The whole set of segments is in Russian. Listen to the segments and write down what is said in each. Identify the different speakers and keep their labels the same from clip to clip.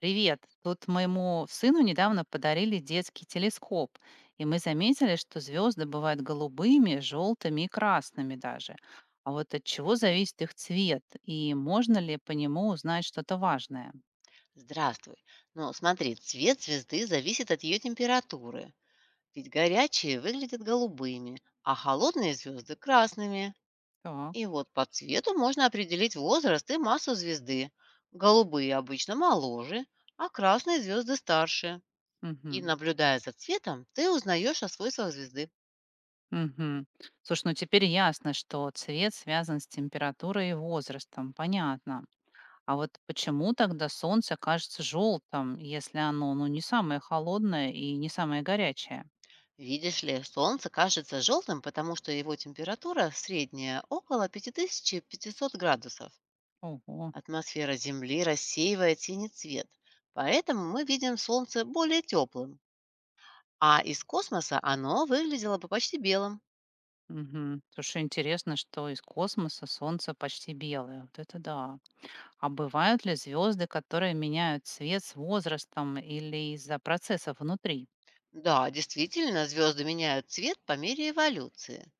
Speaker 1: Привет. Тут моему сыну недавно подарили детский телескоп, и мы заметили, что звезды бывают голубыми, желтыми и красными даже. А вот от чего зависит их цвет, и можно ли по нему узнать что-то важное?
Speaker 2: Здравствуй. Ну, смотри, цвет звезды зависит от ее температуры. Ведь горячие выглядят голубыми, а холодные звезды– красными.
Speaker 1: Так.
Speaker 2: И вот по цвету можно определить возраст и массу звезды. Голубые обычно моложе, а красные звезды старше. И
Speaker 1: Мгм.
Speaker 2: наблюдая за цветом, ты узнаешь о свойствах звезды.
Speaker 1: Мгм. Слушай, ну теперь ясно, что цвет связан с температурой и возрастом. Понятно. А вот почему тогда солнце кажется желтым, если оно не самое холодное и не самое горячее?
Speaker 2: Видишь ли, Солнце кажется желтым, потому что его температура средняя около 5500 градусов.
Speaker 1: Ого.
Speaker 2: Атмосфера Земли рассеивает синий цвет, поэтому мы видим Солнце более теплым, а из космоса оно выглядело бы почти белым.
Speaker 1: Мгм. Слушай, интересно, что из космоса Солнце почти белое. Вот это да. А бывают ли звезды, которые меняют цвет с возрастом или из-за процессов внутри?
Speaker 2: Да, действительно, звезды меняют цвет по мере эволюции.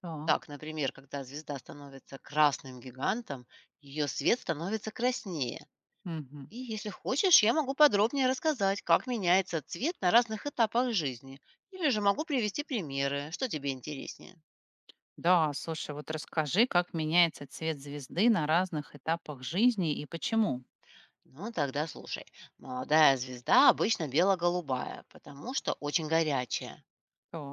Speaker 1: Так.
Speaker 2: Так, например, когда звезда становится красным гигантом, ее свет становится краснее.
Speaker 1: Мгм.
Speaker 2: И если хочешь, я могу подробнее рассказать, как меняется цвет на разных этапах жизни. Или же могу привести примеры, что тебе интереснее.
Speaker 1: Да, слушай, вот расскажи, как меняется цвет звезды на разных этапах жизни и почему.
Speaker 2: Ну, тогда слушай. Молодая звезда обычно бело-голубая, потому что очень горячая.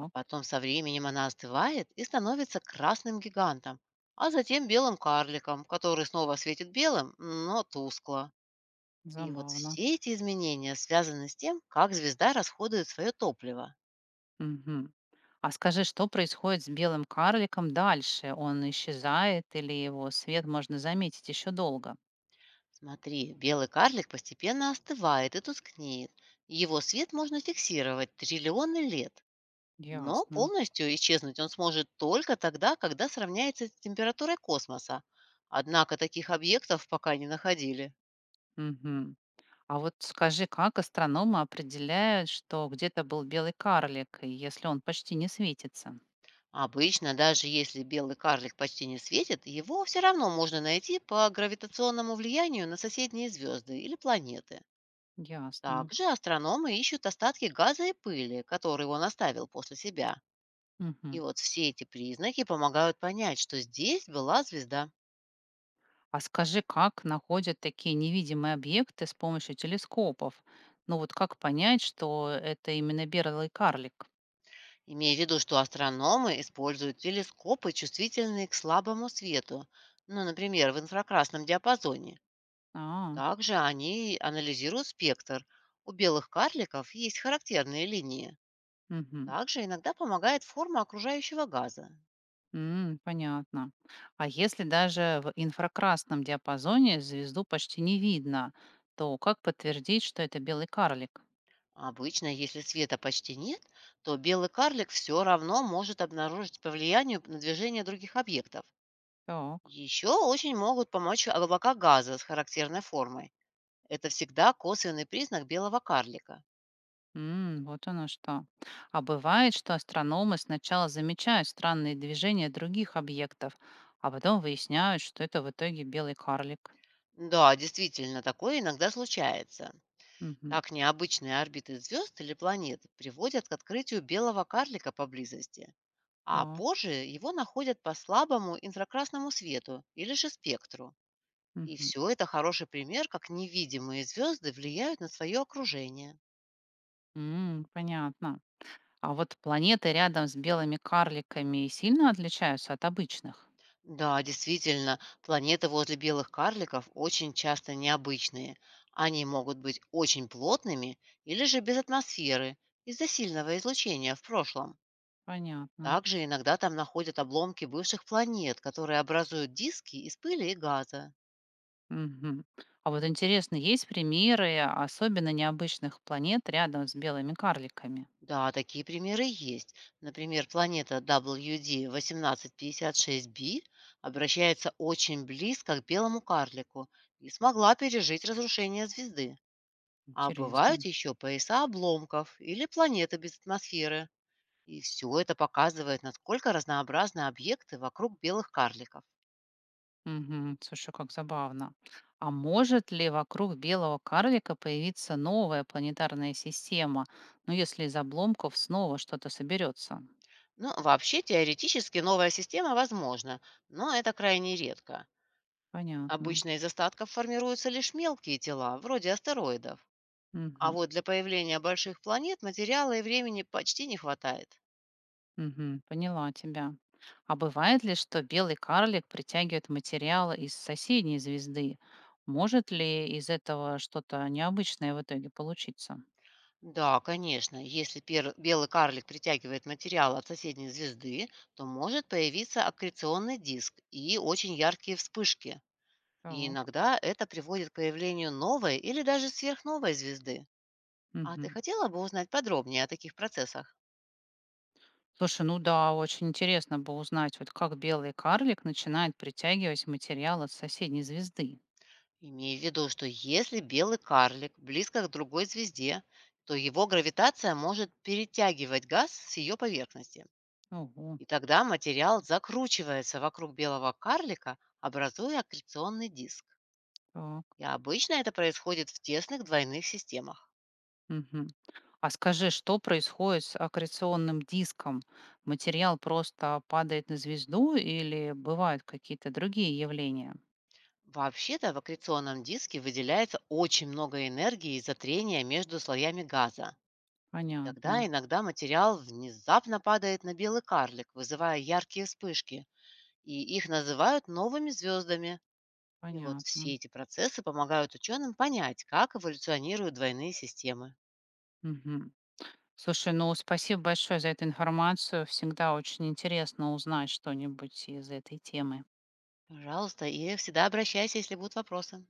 Speaker 2: А потом со временем она остывает и становится красным гигантом, а затем белым карликом, который снова светит белым, но тускло. И вот
Speaker 1: забавно.
Speaker 2: все эти изменения связаны с тем, как звезда расходует свое топливо.
Speaker 1: Мгм. А скажи, что происходит с белым карликом дальше? Он исчезает или его свет можно заметить еще долго?
Speaker 2: Смотри, белый карлик постепенно остывает и тускнеет. Его свет можно фиксировать триллионы лет. Но
Speaker 1: Ясно.
Speaker 2: полностью исчезнуть он сможет только тогда, когда сравняется с температурой космоса. Однако таких объектов пока не находили.
Speaker 1: Мгм. А вот скажи, как астрономы определяют, что где-то был белый карлик, и если он почти не светится?
Speaker 2: Обычно, даже если белый карлик почти не светит, его все равно можно найти по гравитационному влиянию на соседние звезды или планеты.
Speaker 1: Ясно.
Speaker 2: Также астрономы ищут остатки газа и пыли, которые он оставил после себя. И
Speaker 1: Мгм.
Speaker 2: вот все эти признаки помогают понять, что здесь была звезда.
Speaker 1: А скажи, как находят такие невидимые объекты с помощью телескопов? Ну вот как понять, что это именно белый карлик?
Speaker 2: Имея в виду, что астрономы используют телескопы, чувствительные к слабому свету, ну, например, в инфракрасном диапазоне.
Speaker 1: А,
Speaker 2: Также они анализируют спектр. У белых карликов есть характерные линии.
Speaker 1: мгм.
Speaker 2: Также иногда помогает форма окружающего газа.
Speaker 1: М, понятно. А если даже в инфракрасном диапазоне звезду почти не видно, то как подтвердить, что это белый карлик?
Speaker 2: Обычно, если света почти нет, то белый карлик все равно может обнаружить по влиянию на движение других объектов.
Speaker 1: Так.
Speaker 2: Еще очень могут помочь облака газа с характерной формой. Это всегда косвенный признак белого карлика.
Speaker 1: М, вот оно что. А бывает, что астрономы сначала замечают странные движения других объектов, а потом выясняют, что это в итоге белый карлик.
Speaker 2: Да, действительно, такое иногда случается.
Speaker 1: Мгм.
Speaker 2: Так необычные орбиты звезд или планет приводят к открытию белого карлика поблизости, а
Speaker 1: Так.
Speaker 2: позже его находят по слабому инфракрасному свету или же спектру. И
Speaker 1: Мгм.
Speaker 2: все это хороший пример, как невидимые звезды влияют на свое окружение.
Speaker 1: М, понятно. А вот планеты рядом с белыми карликами сильно отличаются от обычных?
Speaker 2: Да, действительно, планеты возле белых карликов очень часто необычные. Они могут быть очень плотными или же без атмосферы из-за сильного излучения в прошлом.
Speaker 1: Понятно.
Speaker 2: Также иногда там находят обломки бывших планет, которые образуют диски из пыли и газа.
Speaker 1: Мгм. А вот интересно, есть примеры особенно необычных планет рядом с белыми карликами?
Speaker 2: Да, такие примеры есть. Например, планета W WD-1856b обращается очень близко к белому карлику и смогла пережить разрушение звезды. А бывают
Speaker 1: Интересно.
Speaker 2: еще пояса обломков или планеты без атмосферы. И все это показывает, насколько разнообразны объекты вокруг белых карликов.
Speaker 1: Мгм. Слушай, как забавно. А может ли вокруг белого карлика появиться новая планетарная система? Ну, если из обломков снова что-то соберется.
Speaker 2: Ну, вообще, теоретически новая система возможна, но это крайне редко.
Speaker 1: Понятно.
Speaker 2: Обычно из остатков формируются лишь мелкие тела, вроде астероидов. А
Speaker 1: Мгм.
Speaker 2: вот для появления больших планет материала и времени почти не хватает.
Speaker 1: Мгм. Поняла тебя. А бывает ли, что белый карлик притягивает материалы из соседней звезды? Может ли из этого что-то необычное в итоге получиться?
Speaker 2: Да, конечно, если белый карлик притягивает материал от соседней звезды, то может появиться аккреционный диск и очень яркие вспышки. И
Speaker 1: Так.
Speaker 2: иногда это приводит к появлению новой или даже сверхновой звезды. А ты
Speaker 1: Мгм.
Speaker 2: хотела бы узнать подробнее о таких процессах?
Speaker 1: Слушай, ну да, очень интересно бы узнать, вот как белый карлик начинает притягивать материал от соседней звезды.
Speaker 2: Имей в виду, что если белый карлик близко к другой звезде, то его гравитация может перетягивать газ с ее поверхности.
Speaker 1: Ого,
Speaker 2: И тогда материал закручивается вокруг белого карлика, образуя аккреционный диск.
Speaker 1: так.
Speaker 2: И обычно это происходит в тесных двойных системах.
Speaker 1: Мгм. А скажи, что происходит с аккреционным диском? Материал просто падает на звезду или бывают какие-то другие явления?
Speaker 2: Вообще-то в аккреционном диске выделяется очень много энергии из-за трения между слоями газа. Тогда
Speaker 1: Понятно,
Speaker 2: иногда материал внезапно падает на белый карлик, вызывая яркие вспышки, и их называют новыми звездами. И вот
Speaker 1: понятно.
Speaker 2: все эти процессы помогают ученым понять, как эволюционируют двойные системы.
Speaker 1: Мгм. Слушай, ну спасибо большое за эту информацию. Всегда очень интересно узнать что-нибудь из этой темы.
Speaker 2: Пожалуйста, и всегда обращайся, если будут вопросы.